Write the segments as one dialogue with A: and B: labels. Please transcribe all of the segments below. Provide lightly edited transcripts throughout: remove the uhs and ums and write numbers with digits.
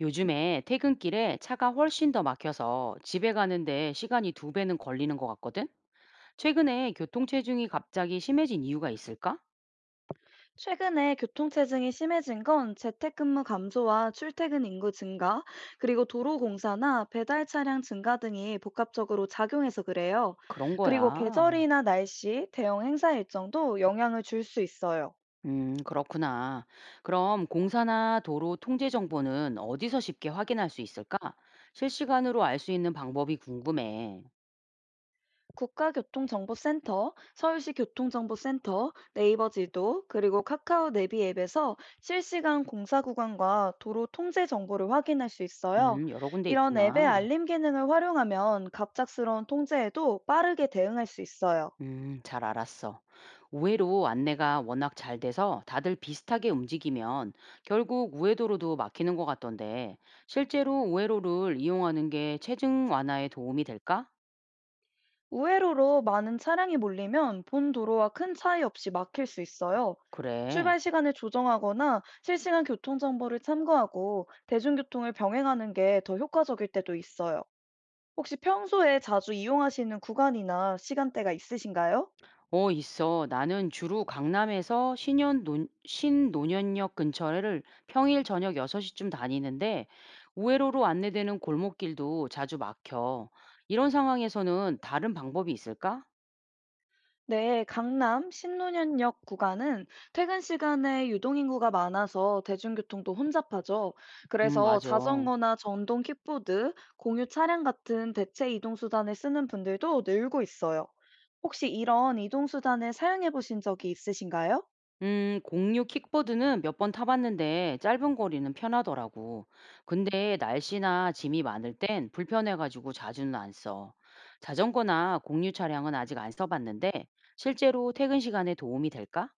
A: 요즘에 퇴근길에 차가 훨씬 더 막혀서 집에 가는데 시간이 두 배는 걸리는 것 같거든? 최근에 교통체증이 갑자기 심해진 이유가 있을까?
B: 최근에 교통체증이 심해진 건 재택근무 감소와 출퇴근 인구 증가, 그리고 도로 공사나 배달 차량 증가 등이 복합적으로 작용해서 그래요.
A: 그런
B: 그리고
A: 거야.
B: 계절이나 날씨, 대형 행사 일정도 영향을 줄 수 있어요.
A: 그렇구나. 그럼 공사나 도로 통제 정보는 어디서 쉽게 확인할 수 있을까? 실시간으로 알 수 있는 방법이 궁금해.
B: 국가교통정보센터, 서울시 교통정보센터, 네이버 지도, 그리고 카카오 내비 앱에서 실시간 공사 구간과 도로 통제 정보를 확인할 수 있어요.
A: 여러 군데
B: 이런 앱의
A: 있구나.
B: 알림 기능을 활용하면 갑작스러운 통제에도 빠르게 대응할 수 있어요.
A: 잘 알았어. 우회로 안내가 워낙 잘 돼서 다들 비슷하게 움직이면 결국 우회도로도 막히는 것 같던데, 실제로 우회로를 이용하는 게 체증 완화에 도움이 될까?
B: 우회로로 많은 차량이 몰리면 본 도로와 큰 차이 없이 막힐 수 있어요.
A: 그래.
B: 출발 시간을 조정하거나 실시간 교통정보를 참고하고 대중교통을 병행하는 게 더 효과적일 때도 있어요. 혹시 평소에 자주 이용하시는 구간이나 시간대가 있으신가요?
A: 어, 있어. 나는 주로 강남에서 신논현역 근처를 평일 저녁 6시쯤 다니는데, 우회로로 안내되는 골목길도 자주 막혀. 이런 상황에서는 다른 방법이 있을까?
B: 네, 강남 신논현역 구간은 퇴근 시간에 유동인구가 많아서 대중교통도 혼잡하죠. 그래서
A: 맞아.
B: 자전거나 전동 킥보드, 공유 차량 같은 대체 이동수단을 쓰는 분들도 늘고 있어요. 혹시 이런 이동수단을 사용해 보신 적이 있으신가요?
A: 공유 킥보드는 몇 번 타봤는데 짧은 거리는 편하더라고. 근데 날씨나 짐이 많을 땐 불편해가지고 자주는 안 써. 자전거나 공유 차량은 아직 안 써봤는데 실제로 퇴근 시간에 도움이 될까?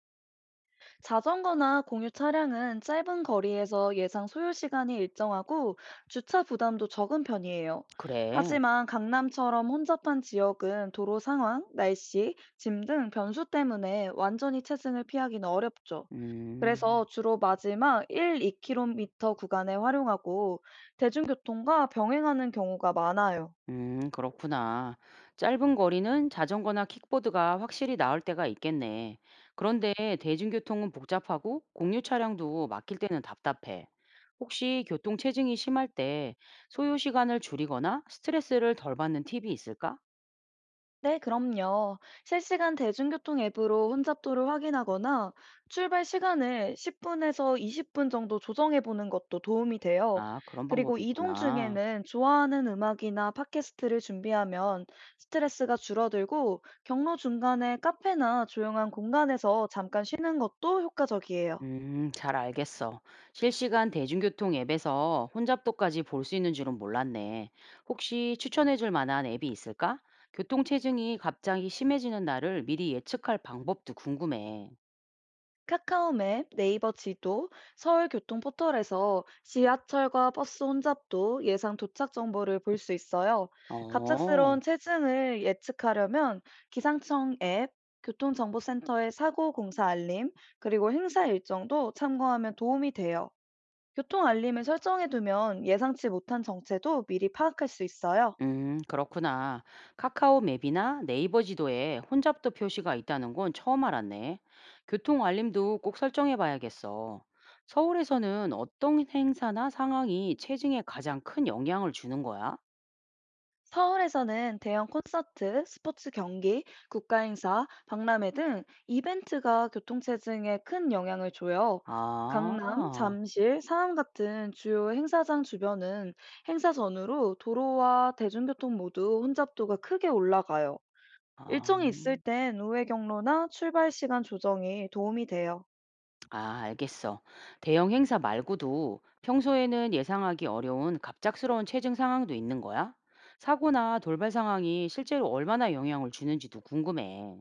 B: 자전거나 공유 차량은 짧은 거리에서 예상 소요 시간이 일정하고 주차 부담도 적은 편이에요.
A: 그래.
B: 하지만 강남처럼 혼잡한 지역은 도로 상황, 날씨, 짐 등 변수 때문에 완전히 체증을 피하기는 어렵죠.
A: 음.
B: 그래서 주로 마지막 1, 2km 구간에 활용하고 대중교통과 병행하는 경우가 많아요.
A: 그렇구나. 짧은 거리는 자전거나 킥보드가 확실히 나을 때가 있겠네. 그런데 대중교통은 복잡하고 공유 차량도 막힐 때는 답답해. 혹시 교통 체증이 심할 때 소요 시간을 줄이거나 스트레스를 덜 받는 팁이 있을까?
B: 네, 그럼요. 실시간 대중교통 앱으로 혼잡도를 확인하거나 출발 시간을 10분에서 20분 정도 조정해 보는 것도 도움이 돼요.
A: 아, 그런
B: 그리고
A: 방법이
B: 이동
A: 있구나.
B: 중에는 좋아하는 음악이나 팟캐스트를 준비하면 스트레스가 줄어들고 경로 중간에 카페나 조용한 공간에서 잠깐 쉬는 것도 효과적이에요.
A: 잘 알겠어. 실시간 대중교통 앱에서 혼잡도까지 볼 수 있는 줄은 몰랐네. 혹시 추천해 줄 만한 앱이 있을까? 교통체증이 갑자기 심해지는 날을 미리 예측할 방법도 궁금해.
B: 카카오맵, 네이버 지도, 서울 교통 포털에서 지하철과 버스 혼잡도 예상 도착 정보를 볼 수 있어요.
A: 어,
B: 갑작스러운 체증을 예측하려면 기상청 앱, 교통정보센터의 사고 공사 알림, 그리고 행사 일정도 참고하면 도움이 돼요. 교통 알림을 설정해두면 예상치 못한 정체도 미리 파악할 수 있어요.
A: 그렇구나. 카카오 맵이나 네이버 지도에 혼잡도 표시가 있다는 건 처음 알았네. 교통 알림도 꼭 설정해 봐야겠어. 서울에서는 어떤 행사나 상황이 체증에 가장 큰 영향을 주는 거야?
B: 서울에서는 대형 콘서트, 스포츠 경기, 국가 행사, 박람회 등 이벤트가 교통체증에 큰 영향을 줘요. 강남,
A: 아.
B: 잠실, 상암 같은 주요 행사장 주변은 행사 전후로 도로와 대중교통 모두 혼잡도가 크게 올라가요.
A: 아
B: 일정이 있을 땐 우회 경로나 출발 시간 조정이 도움이 돼요.
A: 아 알겠어. 대형 행사 말고도 평소에는 예상하기 어려운 갑작스러운 체증 상황도 있는 거야? 사고나 돌발 상황이 실제로 얼마나 영향을 주는지도 궁금해.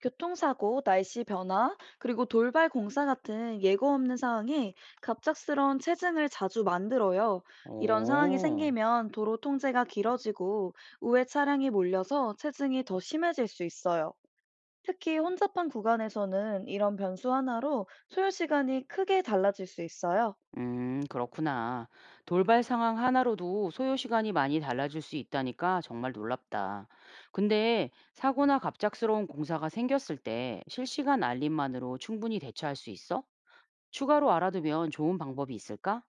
B: 교통사고, 날씨 변화, 그리고 돌발 공사 같은 예고 없는 상황이 갑작스러운 체증을 자주 만들어요. 이런 상황이
A: 오,
B: 생기면 도로 통제가 길어지고 우회 차량이 몰려서 체증이 더 심해질 수 있어요. 특히 혼잡한 구간에서는 이런 변수 하나로 소요 시간이 크게 달라질 수 있어요.
A: 그렇구나. 돌발 상황 하나로도 소요 시간이 많이 달라질 수 있다니까 정말 놀랍다. 근데 사고나 갑작스러운 공사가 생겼을 때 실시간 알림만으로 충분히 대처할 수 있어? 추가로 알아두면 좋은 방법이 있을까?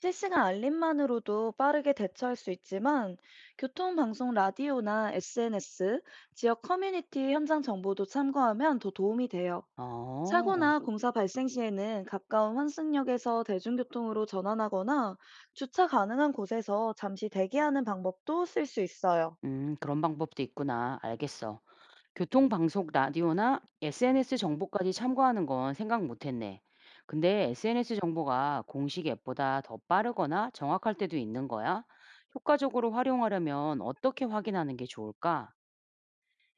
B: 실시간 알림만으로도 빠르게 대처할 수 있지만 교통방송 라디오나 SNS, 지역 커뮤니티 현장 정보도 참고하면 더 도움이 돼요.
A: 어,
B: 사고나 공사 발생 시에는 가까운 환승역에서 대중교통으로 전환하거나 주차 가능한 곳에서 잠시 대기하는 방법도 쓸 수 있어요.
A: 그런 방법도 있구나. 알겠어. 교통 방송 라디오나 SNS 정보까지 참고하는 건 생각 못 했네. 근데 SNS 정보가 공식 앱보다 더 빠르거나 정확할 때도 있는 거야? 효과적으로 활용하려면 어떻게 확인하는 게 좋을까?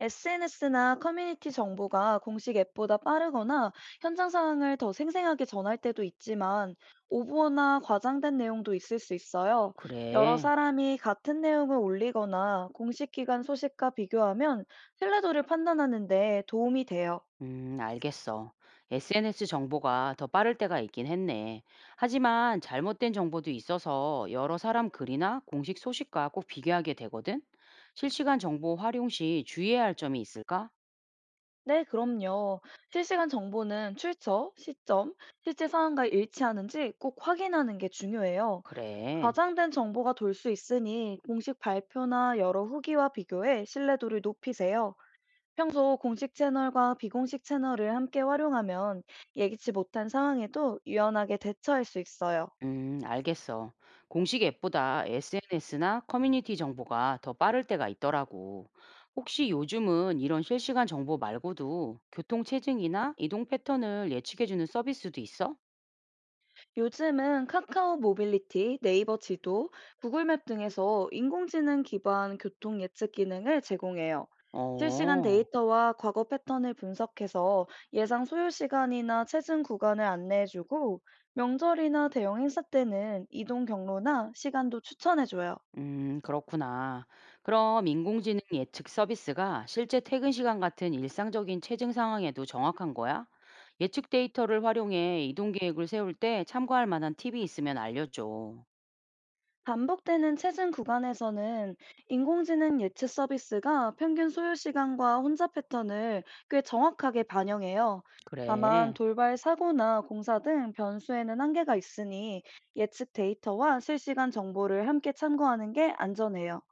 B: SNS나 커뮤니티 정보가 공식 앱보다 빠르거나 현장 상황을 더 생생하게 전할 때도 있지만 오버나 과장된 내용도 있을 수 있어요. 여러
A: 그래.
B: 사람이 같은 내용을 올리거나 공식 기관 소식과 비교하면 신뢰도를 판단하는 데 도움이 돼요.
A: 알겠어. SNS 정보가 더 빠를 때가 있긴 했네. 하지만 잘못된 정보도 있어서 여러 사람 글이나 공식 소식과 꼭 비교하게 되거든? 실시간 정보 활용 시 주의해야 할 점이 있을까?
B: 네, 그럼요. 실시간 정보는 출처, 시점, 실제 상황과 일치하는지 꼭 확인하는 게 중요해요.
A: 그래.
B: 과장된 정보가 돌 수 있으니 공식 발표나 여러 후기와 비교해 신뢰도를 높이세요. 평소 공식 채널과 비공식 채널을 함께 활용하면 예기치 못한 상황에도 유연하게 대처할 수 있어요.
A: 알겠어. 공식 앱보다 SNS나 커뮤니티 정보가 더 빠를 때가 있더라고. 혹시 요즘은 이런 실시간 정보 말고도 교통 체증이나 이동 패턴을 예측해주는 서비스도 있어?
B: 요즘은 카카오 모빌리티, 네이버 지도, 구글맵 등에서 인공지능 기반 교통 예측 기능을 제공해요. 실시간
A: 어.
B: 데이터와 과거 패턴을 분석해서 예상 소요 시간이나 체증 구간을 안내해주고 명절이나 대형 행사 때는 이동 경로나 시간도 추천해줘요.
A: 그렇구나. 그럼 인공지능 예측 서비스가 실제 퇴근 시간 같은 일상적인 체증 상황에도 정확한 거야? 예측 데이터를 활용해 이동 계획을 세울 때 참고할 만한 팁이 있으면 알려줘.
B: 반복되는 체증 구간에서는 인공지능 예측 서비스가 평균 소요 시간과 혼잡 패턴을 꽤 정확하게 반영해요. 다만
A: 그래.
B: 돌발 사고나 공사 등 변수에는 한계가 있으니 예측 데이터와 실시간 정보를 함께 참고하는 게 안전해요.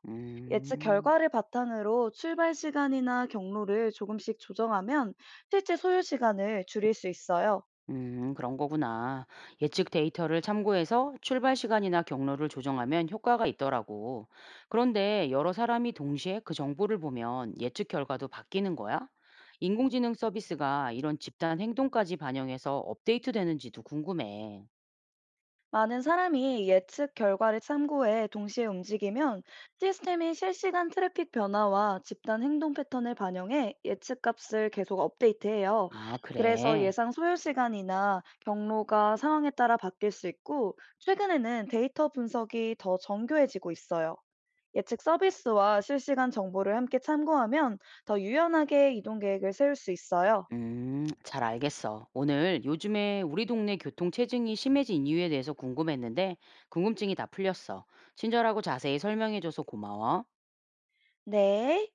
B: 예측
A: 음.
B: 결과를 바탕으로 출발 시간이나 경로를 조금씩 조정하면 실제 소요 시간을 줄일 수 있어요.
A: 그런 거구나. 예측 데이터를 참고해서 출발 시간이나 경로를 조정하면 효과가 있더라고. 그런데 여러 사람이 동시에 그 정보를 보면 예측 결과도 바뀌는 거야? 인공지능 서비스가 이런 집단 행동까지 반영해서 업데이트 되는지도 궁금해.
B: 많은 사람이 예측 결과를 참고해 동시에 움직이면 시스템이 실시간 트래픽 변화와 집단 행동 패턴을 반영해 예측 값을 계속 업데이트해요.
A: 아,
B: 그래서
A: 그래.
B: 예상 소요 시간이나 경로가 상황에 따라 바뀔 수 있고, 최근에는 데이터 분석이 더 정교해지고 있어요. 예측 서비스와 실시간 정보를 함께 참고하면 더 유연하게 이동 계획을 세울 수 있어요.
A: 잘 알겠어. 오늘 요즘에 우리 동네 교통 체증이 심해진 이유에 대해서 궁금했는데 궁금증이 다 풀렸어. 친절하고 자세히 설명해줘서 고마워.
B: 네.